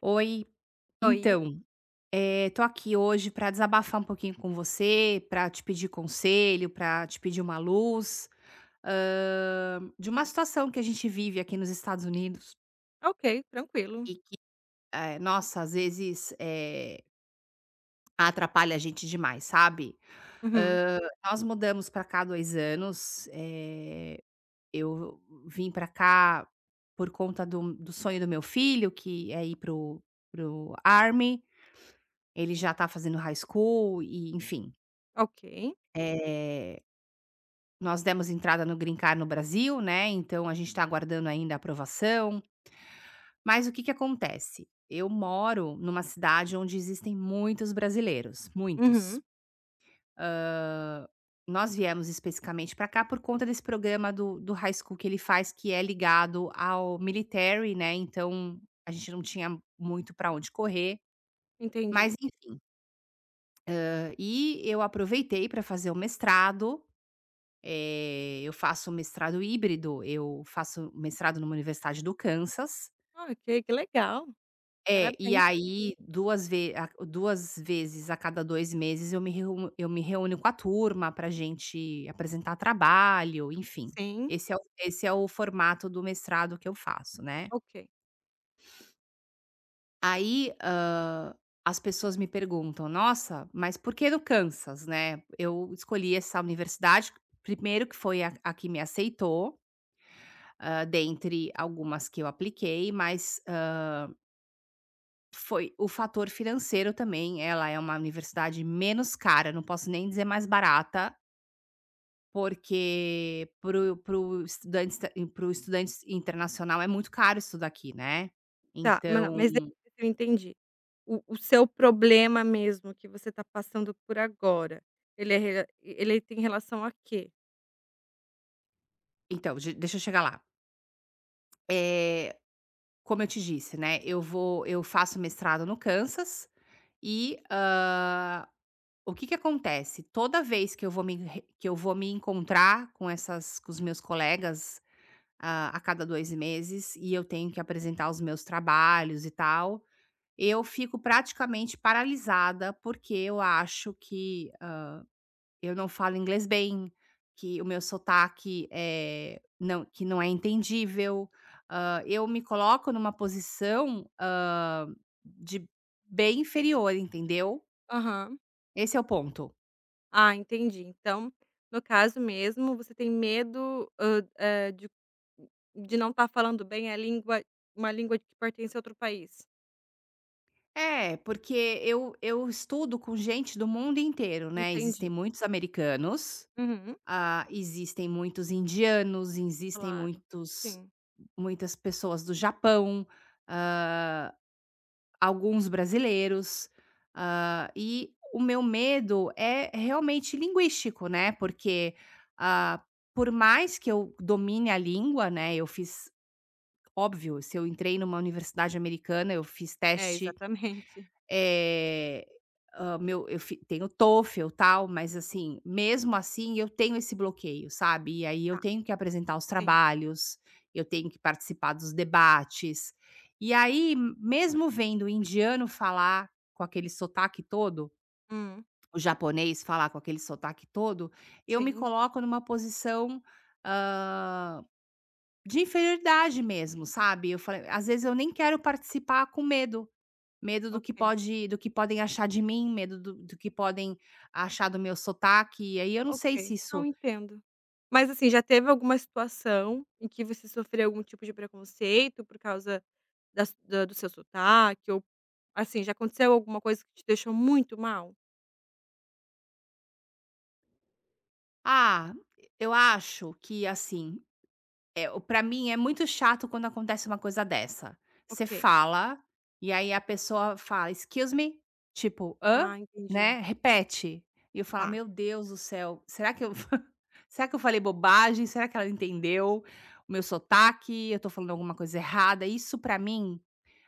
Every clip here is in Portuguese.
Oi, Oi. então, tô aqui hoje pra desabafar um pouquinho com você, pra te pedir conselho, pra te pedir uma luz, de uma situação que a gente vive aqui nos Estados Unidos Ok, tranquilo. e que, nossa, às vezes, atrapalha a gente demais, sabe. Uhum. Hã, Nós mudamos pra cá há 2 anos, eu vim pra cá por conta do sonho do meu filho, que é ir para o Army. Ele já tá fazendo high school e enfim, Ok. eh, nós demos entrada no green card no Brasil, né, então a gente tá aguardando ainda a aprovação, mas o que que acontece? Eu moro numa cidade onde existem muitos brasileiros, muitos. Uhum. Ah, nós viemos especificamente para cá por conta desse programa do high school que ele faz, que é ligado ao military, né, então a gente não tinha muito para onde correr, mas Entendi. enfim. E eu aproveitei para fazer o mestrado. Eu faço mestrado híbrido, eu faço mestrado numa universidade do Kansas. Ah, Ok, que legal. É, e Parabéns. aí 2 ve a 2 vezes a cada 2 meses eu me reúno com a turma para gente apresentar trabalho, enfim. Sim, Esse é o formato do mestrado que eu faço, né. ok. Aí, as pessoas me perguntam: "Nossa, mas por que no Kansas?", né. Eu escolhi essa universidade, primeiro que foi a que me aceitou. Ah, dentre algumas que eu apliquei, mas foi o fator financeiro também. Ela é uma universidade menos cara, não posso nem dizer mais barata, porque pro estudante esta para o estudante internacional é muito caro estudar aqui, né. Tá, mas não, Então mas eu entendi. O seu problema mesmo que você tá passando por agora, ele é re ele tem relação a quê? De deixa eu chegar lá. É, como eu te disse, né, eu faço mestrado no Kansas e, o que que acontece? Toda vez que eu vou me re que eu vou me encontrar com essas com os meus colegas, a cada 2 meses, e eu tenho que apresentar os meus trabalhos e tal, eu fico praticamente paralisada, porque eu acho que, eu não falo inglês bem, que o meu sotaque, é não que não é entendível. Eu me coloco numa posição, de bem inferior, entendeu? Aham. Esse é o ponto. Ah, entendi. Então, no caso mesmo, você tem medo, hã, eh, de não estar falando bem a língua uma língua que pertence a outro país. É, porque eu estudo com gente do mundo inteiro, né, existem Entendi. muitos americanos, Uhum. ah, existem muitos indianos, existem Claro. muitos Sim. muitas pessoas do Japão, hã, alguns brasileiros, e o meu medo é realmente linguístico, né, porque, ah, por mais que eu domine a língua, né, eu fiz, óbvio, se eu entrei numa universidade americana, eu fiz É, teste exatamente. eh, hã, meu eu fi tenho TOEFL, tal, mas assim, mesmo assim eu tenho esse bloqueio, sabe. E aí eu Tá. tenho que apresentar os Sim. trabalhos, eu tenho que participar dos debates. E aí, mesmo vendo o indiano falar com aquele sotaque todo, Hum. o japonês falar com aquele sotaque todo, eu me Sim. coloco numa posição, hã, de inferioridade mesmo, sabe. Eu falei às vezes eu nem quero participar com medo. Medo Ok, do que podem achar de mim, medo do que podem achar do meu sotaque, e aí eu não sei se ok. Não, isso entendo. Mas, assim, já teve alguma situação em que você sofreu algum tipo de preconceito por causa da su da do seu sotaque ou, assim, já aconteceu alguma coisa que te deixou muito mal? ah, eu acho que, assim, é o pra mim é muito chato quando acontece uma coisa dessa. Você Ok. fala, e aí a pessoa fala: "Excuse me", tipo: "Hã?", Ah, entendi. né, repete. E eu falo: Tá, "Meu Deus do céu, será que eu será que eu falei bobagem? Será que ela entendeu o meu sotaque? Eu tô falando alguma coisa errada?". Isso pra mim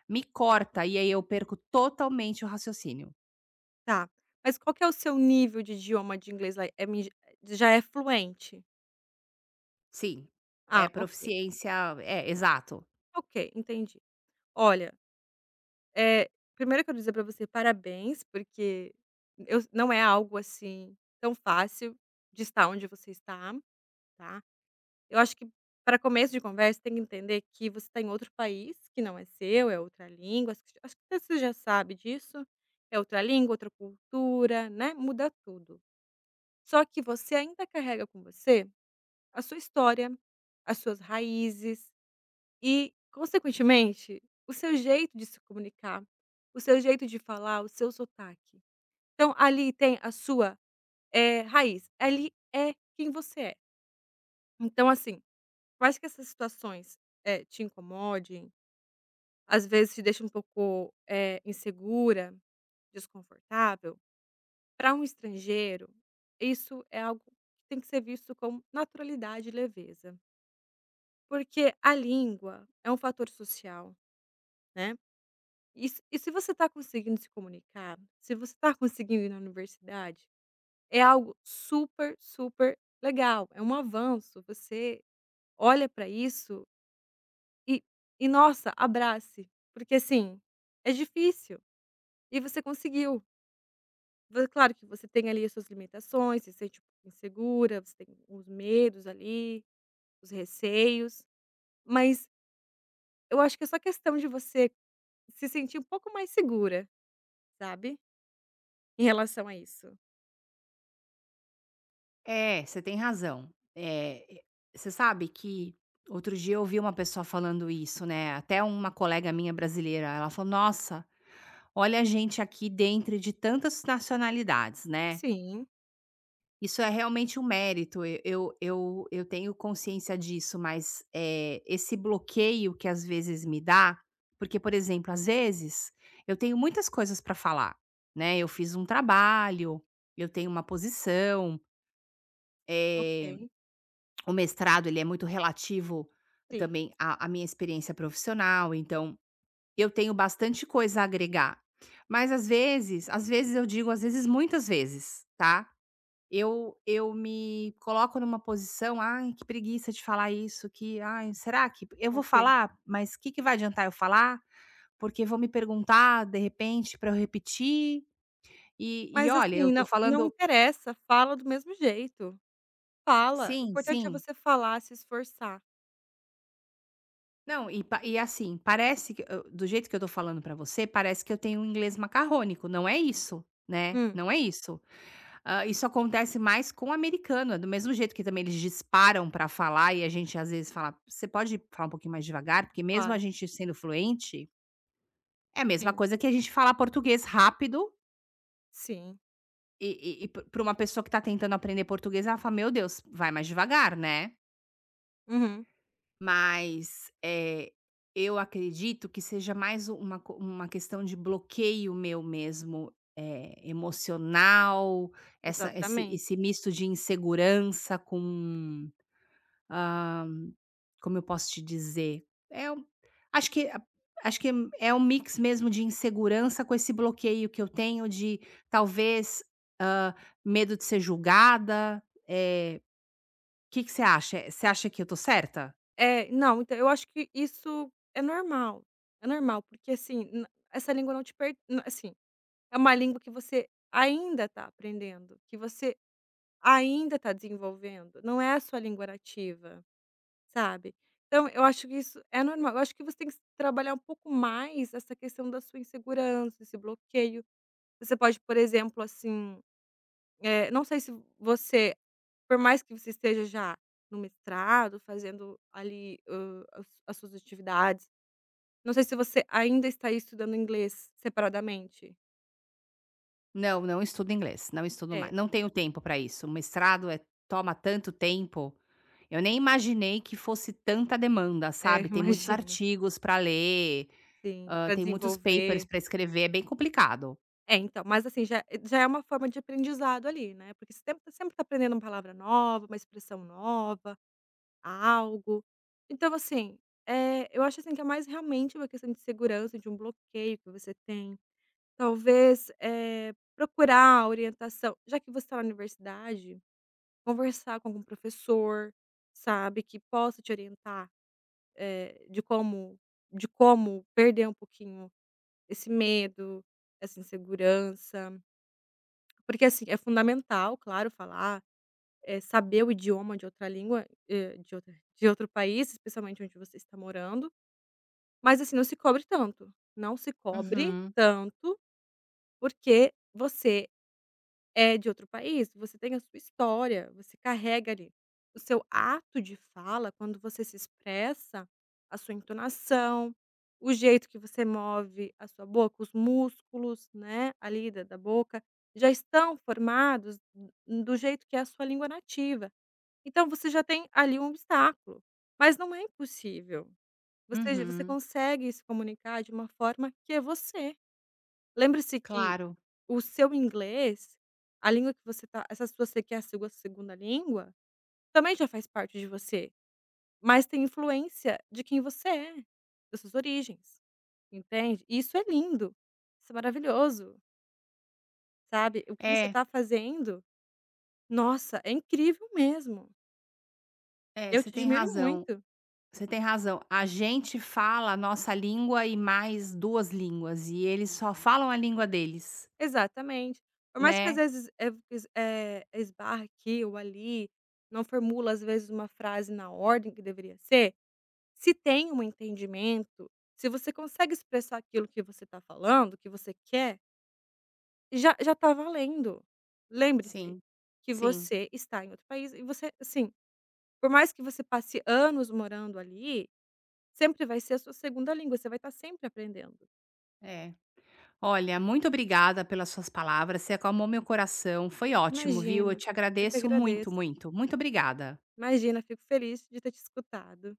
me corta e aí eu perco totalmente o raciocínio. tá. Mas qual que é o seu nível de idioma de inglês lá? É mi Já é fluente? Sim, é Ah, ok. proficiência, é, exato. Ok, entendi. Olha, Eh, primeiro eu quero dizer pra você parabéns, porque eu não é algo, assim, tão fácil de estar onde você está, tá. Eu acho que para começo de conversa tem que entender que você está em outro país, que não é seu, é outra língua, acho que você já sabe disso, é outra língua, outra cultura, né, muda tudo. Só que você ainda carrega com você a sua história, as suas raízes, e, consequentemente, o seu jeito de se comunicar, o seu jeito de falar, o seu sotaque. Então ali tem a sua, raiz, ali é quem você é. Então assim, por mais que essas situações, te incomodem, às vezes te deixam um pouco, insegura, desconfortável, para um estrangeiro, isso é algo que tem que ser visto com naturalidade e leveza. Porque a língua é um fator social, né. E se você está conseguindo se comunicar, se você está conseguindo ir na universidade, é algo super, super legal, é um avanço, você olha para isso e e, nossa, abrace, porque assim, é difícil e você conseguiu. Vo Claro que você tem ali as suas limitações, você se sente um pouco insegura, você tem os medos ali, os receios, mas eu acho que é só questão de você se sentir um pouco mais segura, sabe, em relação a isso. É, você tem razão. Você sabe que outro dia eu ouvi uma pessoa falando isso, né, até uma colega minha brasileira, ela falou: "Nossa, olha a gente aqui dentro de tantas nacionalidades, né, Sim. isso é realmente um mérito", e eu tenho consciência disso, mas, esse bloqueio que às vezes me dá, porque, por exemplo, às vezes, eu tenho muitas coisas para falar, né, eu fiz um trabalho, eu tenho uma posição, eh, Ok, o mestrado ele é muito relativo sim, também à minha experiência profissional, então eu tenho bastante coisa a agregar. Mas às vezes eu digo, às vezes muitas vezes, tá, eu me coloco numa posição: "Ai, que preguiça de falar isso, que ai, será que eu vou ok. falar, mas o que que vai adiantar eu falar? Porque vão me perguntar, de repente, para eu repetir". E Mas olha, eu assim, tô não falando, interessa, fala do mesmo jeito, fala, o sim, importante é sim. você falar, se esforçar. Não, e pa e assim, parece que eu, do jeito que eu tô falando pra você, parece que eu tenho um inglês macarrônico, não é isso, né, Hum, não é isso. Isso acontece mais com o americano, é do mesmo jeito que também eles disparam pra falar e a gente às vezes fala: "Você pode falar um pouquinho mais devagar?", porque mesmo a claro, gente sendo fluente, é a mesma sim, coisa que a gente falar português rápido sim, e pra uma pessoa que tá tentando aprender português, ela fala: "Meu Deus, vai mais devagar, né". uhum, Mas eu acredito que seja mais uma co uma questão de bloqueio meu mesmo, emocional, essa esse exatamente. esse misto de insegurança com, hã, como eu posso te dizer? É um acho que a acho que É um mix mesmo de insegurança com esse bloqueio que eu tenho de talvez, hã, medo de ser julgada, o que que você acha? Você acha que eu tô certa? É, não, então eu acho que isso é normal, porque assim, n essa língua não te per n assim, é uma língua que você ainda está aprendendo, que você ainda está desenvolvendo, não é a sua língua nativa. Sabe? Então eu acho que isso é normal, eu acho que você tem que trabalhar um pouco mais essa questão da sua insegurança, esse bloqueio. Você pode, por exemplo, assim, não sei se você, por mais que você esteja já no mestrado, fazendo ali, as suas atividades, não sei se você ainda está aí estudando inglês separadamente? Não, não estudo inglês, não estudo mais, É, não tenho tempo para isso. O mestrado é Toma tanto tempo, eu nem imaginei que fosse tanta demanda, é, sabe. Tem muitos imagino. artigos para ler, Sim, para tem muitos papers desenvolver. para escrever, é bem complicado. É, então, mas assim, já é uma forma de aprendizado ali, né, porque você sempre tá aprendendo uma palavra nova, uma expressão nova, algo. Então assim, eu acho assim que é mais realmente uma questão de segurança, de um bloqueio que você tem. Talvez, procurar orientação já que você está na universidade, conversar com algum professor, sabe, que possa te orientar, eh, de como de como perder um pouquinho esse medo, essa insegurança. Porque, assim, é fundamental, claro, falar, saber o idioma de outra língua, de outro país, especialmente onde você está morando, mas, assim, não se cobre tanto. Não se cobre Uhum, tanto, porque você é de outro país, você tem a sua história, você carrega ali o seu ato de fala, quando você se expressa, a sua entonação, o jeito que você move a sua boca, os músculos, né, ali da boca, já estão formados d do jeito que é a sua língua nativa. Então você já tem ali um obstáculo, mas não é impossível. Você uhum, consegue se comunicar de uma forma que é você. Lembre-se que claro. o seu inglês, a língua que você tá essa sua se que é a sua segunda língua, também já faz parte de você, mas tem influência de quem você é, das suas origens, entende? E isso é lindo, isso é maravilhoso, sabe? O que você É. tá fazendo, nossa, é incrível mesmo. É, Eu você te tem admiro razão, muito. você tem razão. A gente fala a nossa língua e mais 2 línguas, e eles só falam a língua deles, Exatamente. Por mais que às né. vezes, esbarre aqui ou ali, não formula às vezes uma frase na ordem que deveria ser. Se tem um entendimento, se você consegue expressar aquilo que você está falando, que você quer, já está valendo. Lembre-se Sim, que sim, você está em outro país e você assim, por mais que você passe anos morando ali, sempre vai ser a sua segunda língua, você vai estar sempre aprendendo. é. Olha, muito obrigada pelas suas palavras. Você acalmou meu coração. Foi ótimo, viu? Eu Imagina, te eu que agradeço muito, agradeço. muito. Muito obrigada. Imagina, fico feliz de ter te escutado.